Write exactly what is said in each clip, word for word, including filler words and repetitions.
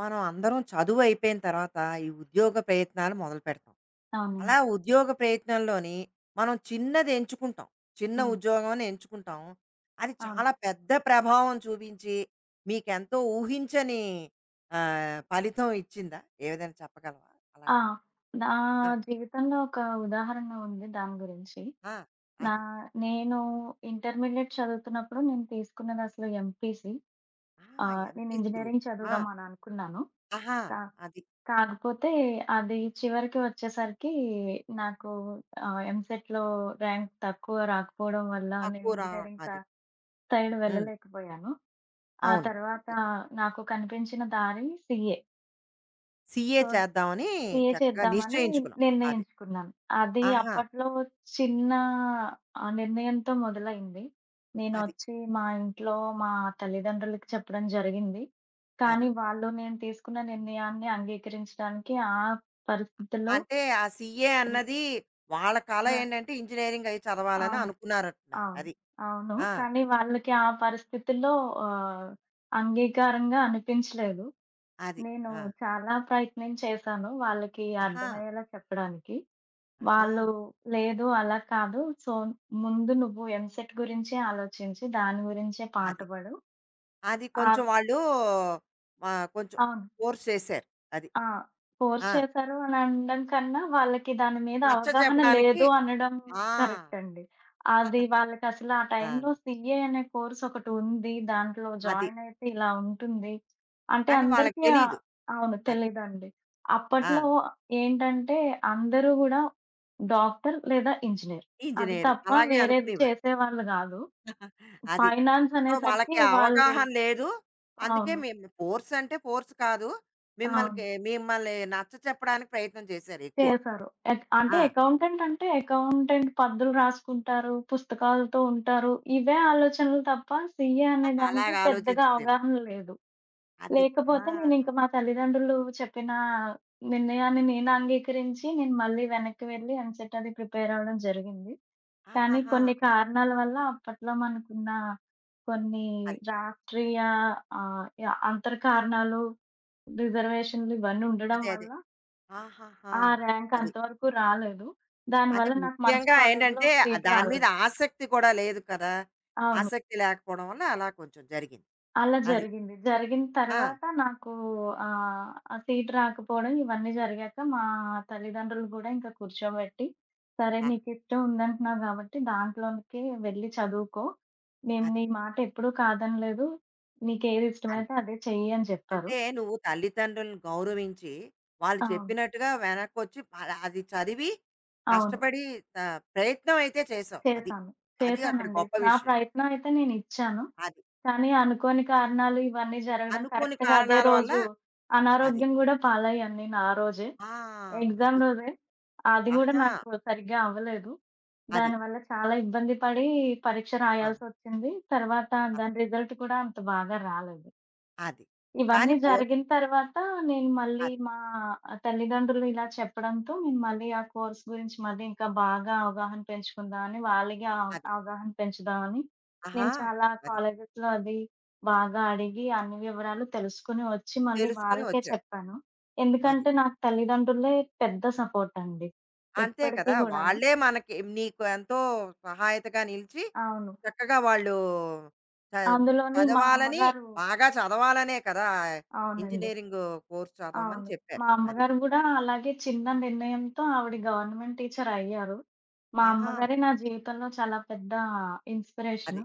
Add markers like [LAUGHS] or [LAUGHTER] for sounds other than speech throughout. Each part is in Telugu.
మనం అందరం చదువు అయిపోయిన తర్వాత ఈ ఉద్యోగ ప్రయత్నాలు మొదలు పెడతాం. అలా అవునండి. ఉద్యోగ ప్రయత్నంలోని మనం చిన్నది ఎంచుకుంటాం. చిన్న హ్మ్. ఉద్యోగం అని ఎంచుకుంటాం. అది అవును. చాలా పెద్ద ప్రభావం చూపించి మీకెంతో ఊహించని ఆహ్, ఫలితం ఇచ్చిందా? ఏదైనా చెప్పగలవా ఆ! అలాంటిది? నా ఆ! జీవితంలో ఒక ఉదాహరణ ఉంది దాని గురించి. ఆ! నా అదే. నేను ఇంటర్మీడియేట్ చదువుతున్నప్పుడు నేను తీసుకున్నది అసలు ఎంపీసీ. ఆ! ఆహ్, నేను ఎంపీసీ గ్రూప్. ఇంజినీరింగ్ ఆ! చదువుదాం అని అనుకున్నాను. ఆహా! కా అది. కాకపోతే అది చివరికి వచ్చేసరికి నాకు ఆహ్, ఎంసెట్‌లో ర్యాంక్ తక్కువ రాకపోవడం వల్ల నేను తక్కువ రావడం ఇంజినీరింగ్ స అది. సైడ్ హ్మ్. వెళ్ళలేకపోయాను. ఆ అవును. తర్వాత అంతే. నాకు కనిపించిన దారి సీఏ. సీఏ సో, చేద్దామని సీఏ చక్కగా చేద్దామని నిశ్చయించుకున్నాం. అది. నిర్ణయించుకున్నాను. అది ఆహా! అప్పట్లో చిన్న ఆహ్, నిర్ణయంతో మొదలైంది. అది. నేనొచ్చి మా ఇంట్లో మా తల్లిదండ్రులకి చెప్పడం జరిగింది. అది. కానీ వాళ్ళు నేను తీసుకున్న నిర్ణయాన్ని అంగీకరించడానికి ఆ పరిస్థితుల్లో అంటే ఆ సీఏ ర్ అన్నది వాళ్ళ కల ర ఏంటంటే ఇంజినీరింగ్ అయి చదవాలని అవును. అనుకున్నారంటున్నారు. అవును. అది. అవును. ఆ! కానీ వాళ్ళకి ఆ పరిస్థితుల్లో ఆహ్, అంగీకారంగా అనిపించలేదు. అది. నేను ఆ! చాలా ప్రయత్నం చేశాను వాళ్ళకి ఆహా! అర్థమయ్యేలా చెప్పడానికి. ఆహా! వాళ్ళు లేదు అలా కాదు. సో, ముందు నువ్వు ఎంసెట్ గురించే ఆలోచించి దాని గురించే అది. పాటుపడు. అది కొంచెం ఆహ్, వాళ్ళు ఆహ్, కొంచెం అవును. ఫోర్స్ చేశారు. అది. ఆ! ఫోర్స్ ఆ! చేశారు అని అనడం కన్నా, వాళ్ళకి దాని మీద అవగాహన నచ్చచెప్పడానికి లేదు అనడం ఆ! కరెక్ట్ అండి. అది [LAUGHS] వాళ్ళకసలు ఆ ఆ! టైంలో సీఏ అనే కోర్స్ ఒకటుంది. దాంట్లో అది. జాయిన్ అయితే ఇలా ఉంటుంది. అంటే అని వాళ్ళకి అందరికీ ఆహ్, తెలీదు. అవును. అది. తెలీదండి. ఆ! అప్పట్లో ఏంటంటే అందరూ గూడా డాక్టర్ లేదా ఇంజినీర్. అది ఇంజినీరు తప్ప అలాగే వేరేది అనుకునేవారు. చేసేవాళ్ళు గాదు. అది. ఫైనాన్స్ సో, అనేసరికి వాళ్ళకి వాళ్ళు అవగాహన లేదు. అందుకే అవును. మేము ఫోర్స్ అంటే ఫోర్స్ కాదు. అవును. మిమ్మల్కి మిమ్మల్ని నచ్చచెప్పడానికి ప్రయత్నం చేశారు ఎక్కువ. చేశారు. ఎక్ అంటే ఆ! అకౌంటెంట్ అంటే అకౌంటెంట్ పద్దులు రాసుకుంటారు, పుస్తకాలతో ఉంటారు. ఇవే ఆలోచనలు తప్ప సీఏ అనే దానికి అలాగ పెద్దగా ఆలోచించుకునేవారు. అవగాహన లేదు. అది. ఆ! లేకపోతే నేనింక మా తల్లిదండ్రులు చెప్పిన నిర్ణయాన్ని నేను అంగీకరించి నేను మళ్ళీ వెనక్కి వెళ్లి ఎంసెట్ అది ప్రిపేర్ అవ్వడం జరిగింది. కానీ ఆహాహా! కొన్ని కారణాల వల్ల అప్పట్లో మనకున్న కొన్ని అది. రాష్ట్రీయ ఆహ్, యాహ్! అంతర్ కారణాలు, రిజర్వేషన్‌లు ఇవన్నీ ఉండడం అదే. అదే. వల్ల ఆహాహా! ఆ! ర్యాంక్ అది. అంతవరకు రాలేదు. అంటే దానివల్ల నాకు మంచి ముఖ్యంగా కాలేజ్‌లో ఏంటంటే ఒక ఆ సీట్ దాని మీద రాలేదు. ఆసక్తి కూడా లేదు కదా! అవును. ఆసక్తి లేకపోవడం వల్ల అలా కొంచెం జరిగింది. అలా అది. జరిగింది. జరిగిన ఆ! తర్వాత నాకు ఆహ్, ఆ సీట్ రాకపోవడం ఇవన్నీ జరిగాక మా తల్లిదండ్రులు గూడా ఇంకా కూర్చోబెట్టి, "సరే ఆహ్, నీకిష్టం ఉందంటున్నావు గాబట్టి దాంట్లోకే వెళ్ళి చదువుకో. మేము అది. నీ మాట ఎప్పుడూ కాదనలేదు. నీకేది అది. ఇష్టమైతే అదే చెయ్యి" అని చెప్పారు. అంటే నువ్వు తల్లిదండ్రులను గౌరవించి, వాళ్ళు అవును. చెప్పినట్టుగా వెనక్కొచ్చి అలా అది చదివి, అవును. కష్టపడి ఆహ్, ప్రయత్నం అయితే చేసావు. అది. చేశాను. అది అక్కడ చేశానండి. గొప్ప నా విషయం. ప్రయత్నం అయితే నేనిచ్చాను. అది. కానీ అనుకోని కారణాలు ఇవన్నీ జరగడం అనుకోని కరెక్ట్‌గా అదే కారణాల వల్ల రోజు అది. అనారోగ్యం గూడా పాలయ్యాను నేను ఆ రోజే. ఆ! ఎగ్జామ్ అది. రోజే. అది గూడా ఆహా! నాకు సరిగ్గా అవ్వలేదు. అది. దానివల్ల చాలా ఇబ్బంది పడి పరీక్ష ఆ! రాయాల్సొచ్చింది. తర్వాత ఆహా! దాని రిజల్ట్ కూడా అంత బాగా రాలేదు. అది. కానీ ఇవన్నీ పోతే జరిగిన తర్వాత నేను మళ్ళీ అది. మా తల్లిదండ్రులు ఇలా చెప్పడంతో నేను మళ్ళీ ఆ కోర్స్ గురించి మళ్ళీ ఇంకా బాగా అవగాహన పెంచుకుందామని, వాళ్ళగే అవ అది. అవగాహన పెంచుదామని ఆహా! నేను చాలా అది. కాలేజెస్‌లో అది బాగా అడిగి అన్ని వివరాలు తెలుసుకొని వచ్చి మళ్ళీ తెలుసుకొని వాళ్ళకే వచ్చావు. చెప్పాను. అది. ఎందుకంటే నాకు తల్లిదండ్రులే పెద్ద సపోర్ట్ అండి. అంతే ఎప్పటికి కదా! గూడాని. వాళ్ళే మనకి నీకు ఎంతో సహాయతగా నిలిచి, అవును. చక్కగా వాళ్ళు చ అందులోని మా చదవాలని అమ్మగారు బాగా చదవాలనే కదా! అవునండి. ఇంజినీరింగ్ కోర్స్ చదవమని అవును. చెప్పారు. మా అది. అమ్మగారు గూడా అలాగే చిన్న నిర్ణయంతో ఆవిడ గవర్నమెంట్ టీచర్ అయ్యారు. మా ఆహా! అమ్మగారే నా జీవితంలో చాలా పెద్ద అది. ఇన్‌స్పిరేషను.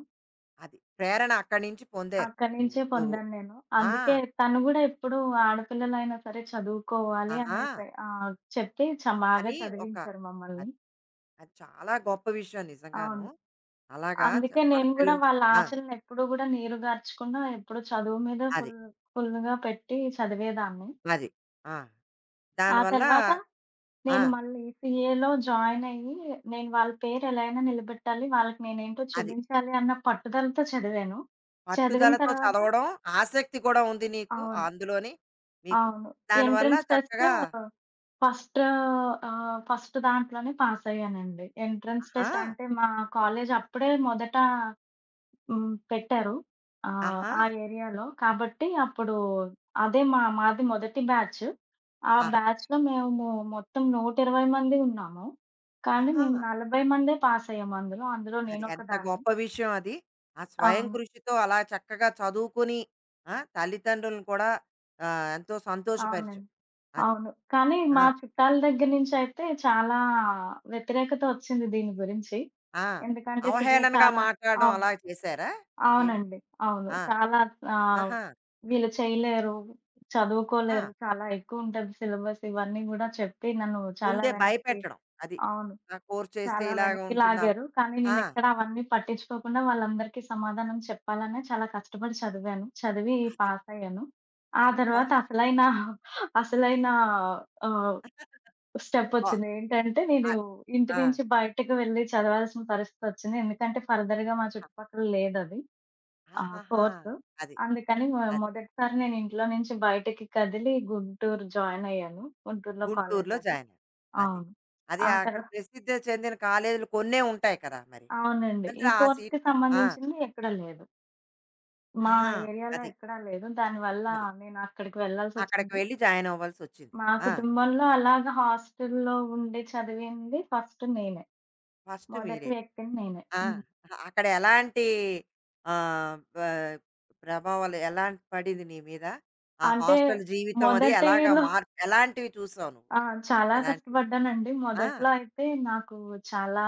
అది. ప్రేరణ అక్కడి నుంచి పొందారు. అక్కడి నువ్వు. నుంచే నువ్వు. పొందాను నేను. ఆ! అందుకే తను గూడా ఎప్పుడూ ఆడపిల్లలైనా సరే చదువుకోవాలి ఆహా! అనేసి ఆహ్, చెప్పి చ బాగా అని ఒక చదివించారు మమ్మల్ని. అది. అది చాలా గొప్ప విషయం నిజంగాను. అవును. అలాగా చ అందుకే నేను గూడా ఆడపిల్లలు వాళ్ళ ఆ! ఆశలను ఎప్పుడూ గూడా నీరుగార్చకుండా ఎప్పుడు చదువు మీద అది. ఫుల్ ఫుల్‌గా పెట్టి చదివేదాన్ని. అది. ఆ! ఆ దానివల్ల తర్వాత ఆ! నేను మళ్ళీ సీఏలో జాయిన్ అయ్యి, నేను వాళ్ళ పేరు ఎలా అయినా నిలబెట్టాలి. వాళ్ళకి నేనేంటో అది. చూపించాలి అన్న పట్టుదలతో చదివాను. చదివిన పట్టుదలతో తర్వాత చదవడం, ఆసక్తి కూడా ఉంది నీకు అవును. అందులోని మీకు. అవును. దానివల్ల ఎంట్రన్స్ టెస్ట్ చక్కగా ఫస్ట్ ఆహ్, ఫస్ట్ దాంట్లోనే పాసయ్యానండి. ఎంట్రన్స్ టెస్ట్ ఆహా! అంటే మా కాలేజ్ అప్పుడే మొదట హ్మ్. పెట్టారు. ఆహ్, ఆహా! ఆ ఏరియాలో. కాబట్టి అప్పుడు అదే మా మాది మొదటి బ్యాచ్. ఆ ఆహా! బ్యాచ్‌లో మేము మొత్తం నూట ఇరవై మంది ఉన్నాము. కానీ ఆహా! మేము నలభై మందే పాస్ అయ్యాం అందులో. అందులో అది ఎంత నేనొకదాన్ని. గొప్ప విషయం అది. ఆ స్వయం అవును. కృషితో అలా చక్కగా చదువుకుని ఆ! తల్లిదండ్రులను కూడా ఆహ్, ఎంతో సంతోషపరిచావు. అవునండి. అది. అవును. కానీ ఆ! మా చుట్టాల దగ్గర నుంచయితే చాలా వ్యతిరేకత వచ్చింది దీని గురించి. ఆ! ఎందుకంటే సీఏ అవహేళనగా చాలా మాట్లాడడం అవును. అలా చేశారా? ఏమిటి? అవునండి. అవును. ఆ! చాలా ఆహ్, ఆహా! వీళ్ళు చేయలేరు, ఆ! చదువుకోలేరు, చాలా ఎక్కువుంటది సిలబస్ ఇవన్నీ గూడా చెప్పి నన్ను చాలా ముందే వెనక్కి భయపెట్టడం. అది. అవును. ఆ కోర్స్ చేస్తే చాలా ఇలాగ వెనక్కి ఉంటుందా? లాగారు. కానీ ఆ! నేనెక్కడ అవన్నీ పట్టించుకోకుండా వాళ్ళందరికీ సమాధానం చెప్పాలనే చాలా కష్టపడి చదివాను. చదివి అది. పాసయ్యాను. ఆ అబ్బా! తర్వాత అసలైన, అసలైన ఆహ్, ఆ! స్టెప్పొచ్చింది. ఏంటంటే నేను అది. ఇంటి ఆ! నుంచి బయటకు వెళ్లి చదవాల్సిన పరిస్థితొచ్చింది. ఎందుకంటే ఫర్దర్‌గా మా ఆ! చుట్టుపక్కల లేదది. ఆ! ఆహాహా! కోర్సు. అది. అందుకని మొ అది. మొదటిసారి నేను ఇంట్లో నుంచి బయటకి కదిలి గుంటూరు జాయిన్ అయ్యాను. గుంటూరులో కాలేజ్ గుంటూరులో అది. జాయిన్ అయ్యారు. అది. అవును. అది ఆ అక్కడ తర్వా ప్రసిద్ధి చెందిన కాలేజీలు కొన్నే ఉంటాయి కదా! మరి. అవునండి. ఈ అందులో ఆ సీట్ కోర్స్‌కి ఆ! సంబంధించింది ఎక్కడ లేదు. మా ఆహా! ఏరియాలో అది. ఎక్కడా లేదు. దానివల్ల అది. నేను అక్కడికి అక్కడికి వెళ్ళాల్సొచ్చింది. వెళ్లి జాయిన్ అవ్వాల్సొచ్చింది. మా ఆ! కుటుంబంలో అలాగా హాస్టల్‌లో ఉండి చదివింది ఫస్ట్ నేనే. ఫస్ట్ మొదటి మీరే. వ్యక్తిని నేనే. ఆ! హ్మ్. అక్కడ ఎలాంటి ఆహ్, బ ప్రభావాలు ఎలాంటి పడింది నీ మీద? ఆ అంటే హాస్టల్ జీవితం అది ఎలాగా మొదటిలో మార్పు ఎలాంటివి చూసావు నువ్వు? ఆ! చాలా ఎలాంటివి? కష్టపడ్డానండి. ఆ! మొదట్లో అయితే నాకు చాలా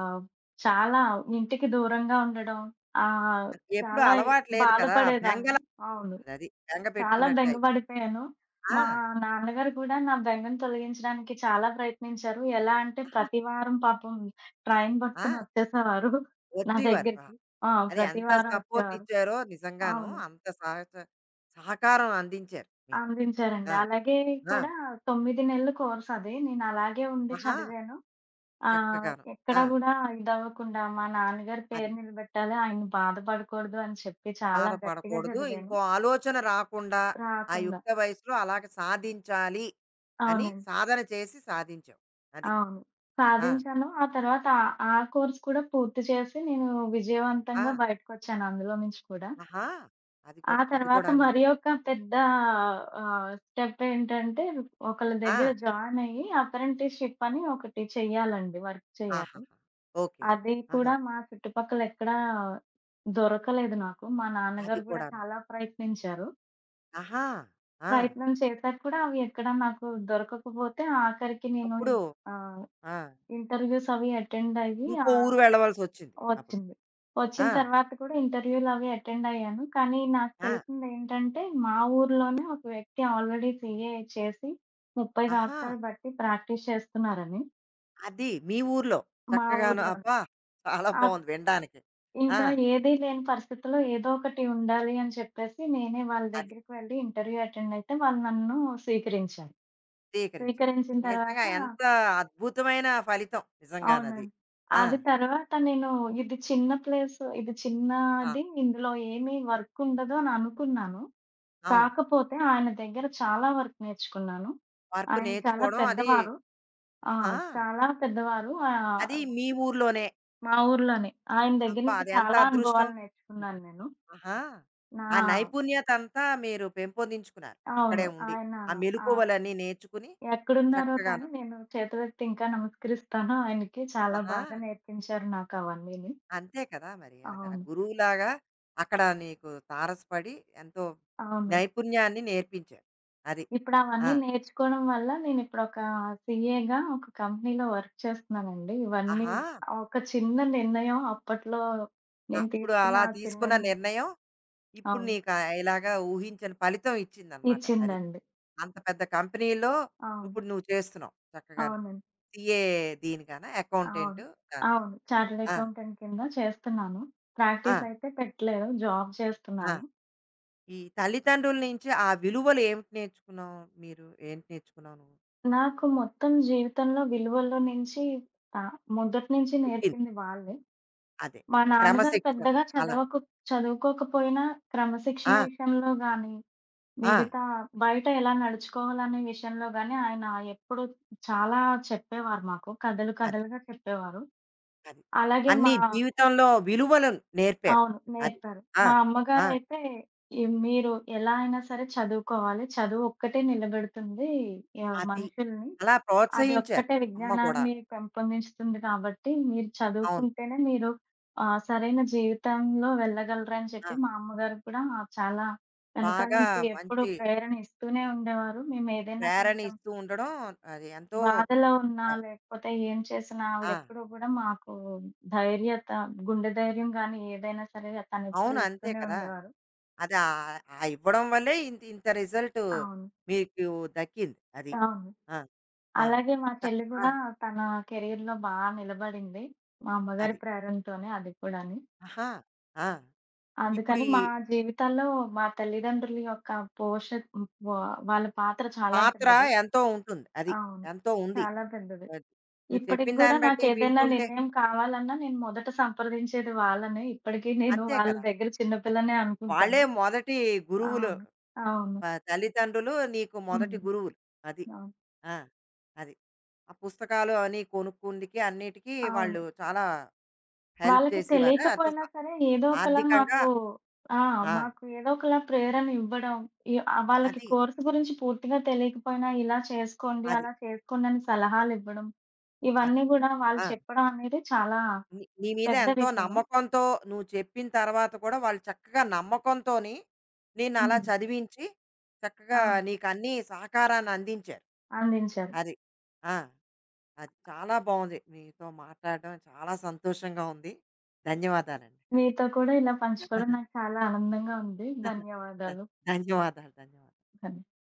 ఆహ్, చాలా ఇంటికి దూరంగా ఉండడం ఆహ్, ఎప్పుడూ చాలా అలవాటు లేదు కదా! బెంగ బాధపడేదాన్ని. అవును. అది. బెంగ చాలా పెట్టుకున్నట్టే. బెంగ పడిపోయాను. మా ఆ! నాన్నగారు కూడా నా బెంగను తొలగించడానికి చాలా ప్రయత్నించారు. ఎలా అంటే ప్రతి వారం పాపం ట్రైన్ పట్టుకొని ఆ! వచ్చేసేవారు నా వచ్చేవారు. ఆ! దగ్గరికి. ఆ! అది ప్రతి ఎంత వారం సపోర్ట్ వచ్చేవారు. ఇచ్చారో నిజంగాను. అవును. అంత సహచ సహకారం అందించారు మీకు. అందించారండి. ఆ! అలాగే ఆ! కూడా తొమ్మిది నెలల కోర్స్ అది. నేను అలాగే ఉండి ఆహా! చదివాను. ఆ! చక్కగాను. ఎక్కడ ఆ! గూడా ఇదవ్వకుండా మా నాన్నగారి అది. పేరు నిలబెట్టాలి, ఆయన బాధపడకూడదు అని చెప్పి చాలా గట్టిగా బాధపడకూడదు. చదివాను. ఇంకో ఆలోచన రాకుండా ఆ రాకుండా. యుక్త వయసులో అలాగ సాధించాలి అని అవునండి. సాధన చేసి సాధించావు. అది. అవును. ఆ! సాధించాను. ఆ తర్వాత ఆ ఆ కోర్స్ కూడా పూర్తి చేసి నేను విజయవంతంగా ఆ! బయటకొచ్చాను అందులో నుంచి కూడా. ఆహా! అది ఆ కూడా. అది తర్వాత కూడాను. మరి ఒక పెద్ద ఆహ్, స్టెప్ ఏంటంటే ఒకళ్ళ దగ్గర ఆ! జాయిన్ అయ్యి అప్రెంటిస్‌షిప్ అని ఒకటి చెయ్యాలండి. వర్క్ చేయాలి. ఆహాహా! ఓకే. అది ఆహా! కూడా మా చుట్టుపక్కల ఎక్కడా దొరకలేదు నాకు. మా అది నాన్నగారు గూడా కూడాను. చాలా ప్రయత్నించారు. ఆహా! ఆ! ప్రయత్నం చేశాక కూడా అవి ఎక్కడ నాకు దొరకకపోతే ఆఖరికి నేను అప్పుడు ఆహ్, ఆ! ఇంటర్‌వ్యూస్ అవి అటెండ్ అయ్యి ఇంకో ఆహ్, ఊరు వెళ్ళవలసొచ్చింది అప్పుడు. వచ్చింది. వచ్చిన ఆ! తర్వాత కూడా ఇంటర్‌వ్యూలవి అటెండ్ అయ్యాను. కానీ నాకు ఆ! తెలిసిందేంటంటే మా ఊర్లోనే ఒక వ్యక్తి ఆల్రెడీ సీఏ చేసి ముప్పై ఆహా! సంవత్సరాలు బట్టి ప్రాక్టీస్ చేస్తున్నారని అది మీ ఊర్లో. మా చక్కగాను ఊర్లోనే. అబ్బా! చాలా ఆ బావుంది వినడానికి. ఆ! ఇంకా ఏదీ లేని పరిస్థితిలో ఏదో ఒకటి ఉండాలి అని చెప్పేసి, నేనే వాళ్ళ అది దగ్గరికి వెళ్ళి ఇంటర్వ్యూ అటెండ్ అయితే వాళ్ళు నన్ను స్వీకరించారు. స్వీకరించారు. స్వీకరించిన నిజంగా తర్వాత ఎంత అద్భుతమైన ఫలితం నిజంగానది. అవునండి. ఆ! అది తర్వాత నేను ఇది చిన్న ప్లేస్, ఇది ఆ! చిన్నది, ఇందులో ఏమీ వర్క్ ఉండదు అని అనుకున్నాను. అవును. కాకపోతే ఆయన దగ్గర చాలా వర్క్ నేర్చుకున్నాను. వర్క్ ఆయన చాలా నేర్చుకోవడం అది పెద్దవారు. ఆ! ఆహా! చాలా పెద్దవారు. ఆహ్, అది మీ ఊర్లోనే. మా ఊర్లోనే. ఆయన దగ్గర అబ్బా! నుంచి అదెంత చాలా అదృష్టం. అనుభవాలు నిజం. నేర్చుకున్నాను నేను. ఆహా! నా ఆ నైపుణ్యతంతా మీరు పెంపొందించుకున్నారు. అవును. అక్కడే ఉండి. ఆయన ఆ ఆహ్, మెలుకువలన్నీ నేర్చుకుని ఎక్కడున్నారో చక్కగాను. కానీ నేను చేతులెత్తి ఇంకా నమస్కరిస్తాను. ఆయనకి చాలా ఆహా! బాగా నేర్పించారు నాకవన్నీని. అంతే కదా! మరి. అది ఆ అవును. గురువులాగా అక్కడ నీకు తారసపడి ఎంతో అవును. నైపుణ్యాన్ని నేర్పించారు. అది. ఆ! ఇప్పుడవన్నీ నేర్చుకోవడం వల్ల నేనిప్పుడొక సీఏగా ఒక సి ఏ గా ఒక కంపెనీలో వర్క్ చేస్తున్నానండి. ఇవన్నీ ఆహా! ఒక చిన్న నిర్ణయం అప్పట్లో నేను అప్పుడు తీసుకున్న అలా ఆ చిన్న తీసుకున్న నిర్ణయం ఇప్పుడు అవును. నీకు ఆహ్, ఇలాగా ఊహించని ఫలితం ఇచ్చిందనమాట. అది. ఇచ్చిందండి. అంత పెద్ద కంపెనీలో అవును. ఇప్పుడు నువ్వు చేస్తున్నావు చక్కగాను. అవునండి. సీఏ దీనికనా? అవును. అకౌంటెంట్ దానికనా? అవును. చార్టర్డ్ ఆ! అకౌంటెంట్ కింద చేస్తున్నాను. ఆ! ప్రాక్టీస్ అయితే పెట్టలేదు. జాబ్ ఆ! చేస్తున్నాను. ఈ తల్లిదండ్రుల నుంచి ఆ విలువలు ఏమిటి నేర్చుకున్నావు మీరు? ఏంటి నేర్చుకున్నావు నువ్వు? నాకు మొత్తం జీవితంలో విలువల్లో నుంచి ఆహ్, మొదటి నుంచి పుట్టింది. నేర్పింది వాళ్ళే. అదే. మా నాన్నగారు క్రమశిక్షణ పెద్దగా అలా. చదవకు చదువుకోకపోయినా క్రమశిక్షణ ఆ! విషయంలో గానీ, ఆ! మిగతా బయట ఎలా నడుచుకోవాలనే విషయంలో గానీ, ఆయన ఎప్పుడు చాలా చెప్పేవారు మాకు. కథలు అది. కథలుగా చెప్పేవారు. అది. అలాగే అన్నీ మా జీవితంలో విలువలను నేర్పారు. అవును. అది. నేర్పారు. ఆ! మా ఆ! అమ్మగారైతే ఈ మీరు ఎలా అయినా సరే చదువుకోవాలి. చదువు ఒక్కటే నిలబెడుతుంది ఆహ్, అది. మనుషుల్ని. అలా ప్రోత్సహించారు. అదొక్కటే అమ్మ కూడా. విజ్ఞానాన్ని పెంపొందిస్తుంది కాబట్టి, మీరు అవును. చదువుకుంటేనే మీరు ఆహ్, సరైన జీవితంలో వెళ్ళగలరని ఆ! చెప్పి మా అమ్మగారు కూడా చాలా వెనకాల బాగా నుంచి ఎప్పుడు మంచి ప్రేరణ ఇస్తూనే ఉండేవారు. మేమేదైనా ప్రేరణ కొంచెం ఇస్తూ ఉండడం అది ఎంతో బాధలో ఉన్నా, ఆహ్, లేకపోతే ఏం చేసినా ఆ! ఆవిడెప్పుడూ కూడా మాకు ధైర్యత, గుండె ధైర్యం గానీ ఏదైనా సరే తనెప్పుడు అవును. అంతే ఇస్తూనే కదా! ఉండేవారు. అది ఆహ్, ఆ ఇవ్వడం వల్లే ఇంత ఇంత రిజల్ట్ అవును. మీకు దక్కింది. అది. అవును. ఆ! ఆ! అలాగే మా త చెల్లి ఆ! గూడా తన కెరియర్‌లో బా నిలబడింది. మా అమ్మగారి అది. ప్రేరణతోనే అది కూడాని. ఆహా! ఆ! ఇప్పుడు అందుకని ఈ మా జీవితాల్లో మా తల్లిదండ్రుల యొక్క పోష వా వాళ్ళ పాత్ర చాలా పాత్ర పెద్దది. ఎంతో ఉంటుంది. అది. అవును. ఎంతో ఉంది. చాలా పెద్దది. అది. నువ్వు ఇప్పటికి చెప్పిన గూడా దాన్ని బట్టి నాకేదైనా వింటుంటే నిర్ణయం కావాలన్నా నేను మొదట సంప్రదించేది వాళ్ళనే. ఇప్పటికి నేను అంతే వాళ్ళ కదా! దగ్గర చిన్న అంతే. పిల్లనే వాళ్ళే అనుకుంటాను. మొదటి గురువులు. అవును. అవును. ప తల్లిదండ్రులు నీకు మొదటి హ్మ్. గురువులు. అది. అవును. ఆ! అది. ఆ పుస్తకాలు అని కొనుక్కుందుకి అన్నిటికి అవును. వాళ్ళు చాలా హెల్ప్ వాళ్ళకి చేసేవారా? అంటే స తెలియకపోయినా సరే ఏదో ఒకలా ఆర్థికంగా మాకు ఆ! ఆ! మాకు ఏదో ఒకలా ప్రేరణ ఇవ్వడం. ఈ ఆహ్, వాళ్ళకి అది. కోర్స్ గురించి పూర్తిగా తెలియకపోయినా ఇలా చేసుకోండి, అది. అలా చేసుకోండి అని సలహాలివ్వడం. అది. ఇవన్నీ గూడా వాళ్ళు ఆ! చెప్పడం అనేది చాలా నీ నీ మీద పెద్ద ఎంతో విషయము. నమ్మకంతో నువ్వు చెప్పిన తర్వాత కూడా వాళ్ళు చక్కగా నమ్మకంతోని నేను అలా హ్మ్. చదివించి చక్కగా అవును. నీకు అన్ని సహకారాన్ని అందించారు. అందించారు. అది. ఆ! అది చాలా బావుంది. మీతో మాట్లాడడం చాలా సంతోషంగా ఉంది. ధన్యవాదాలండి. మీతో కూడా ఇలా పంచుకోవడం నాకు చాలా ఆనందంగా ఉంది. [LAUGHS] ధ ధన్యవాదాలు. ధన్యవాదాలు. ధన్యవాదాలు. ధన్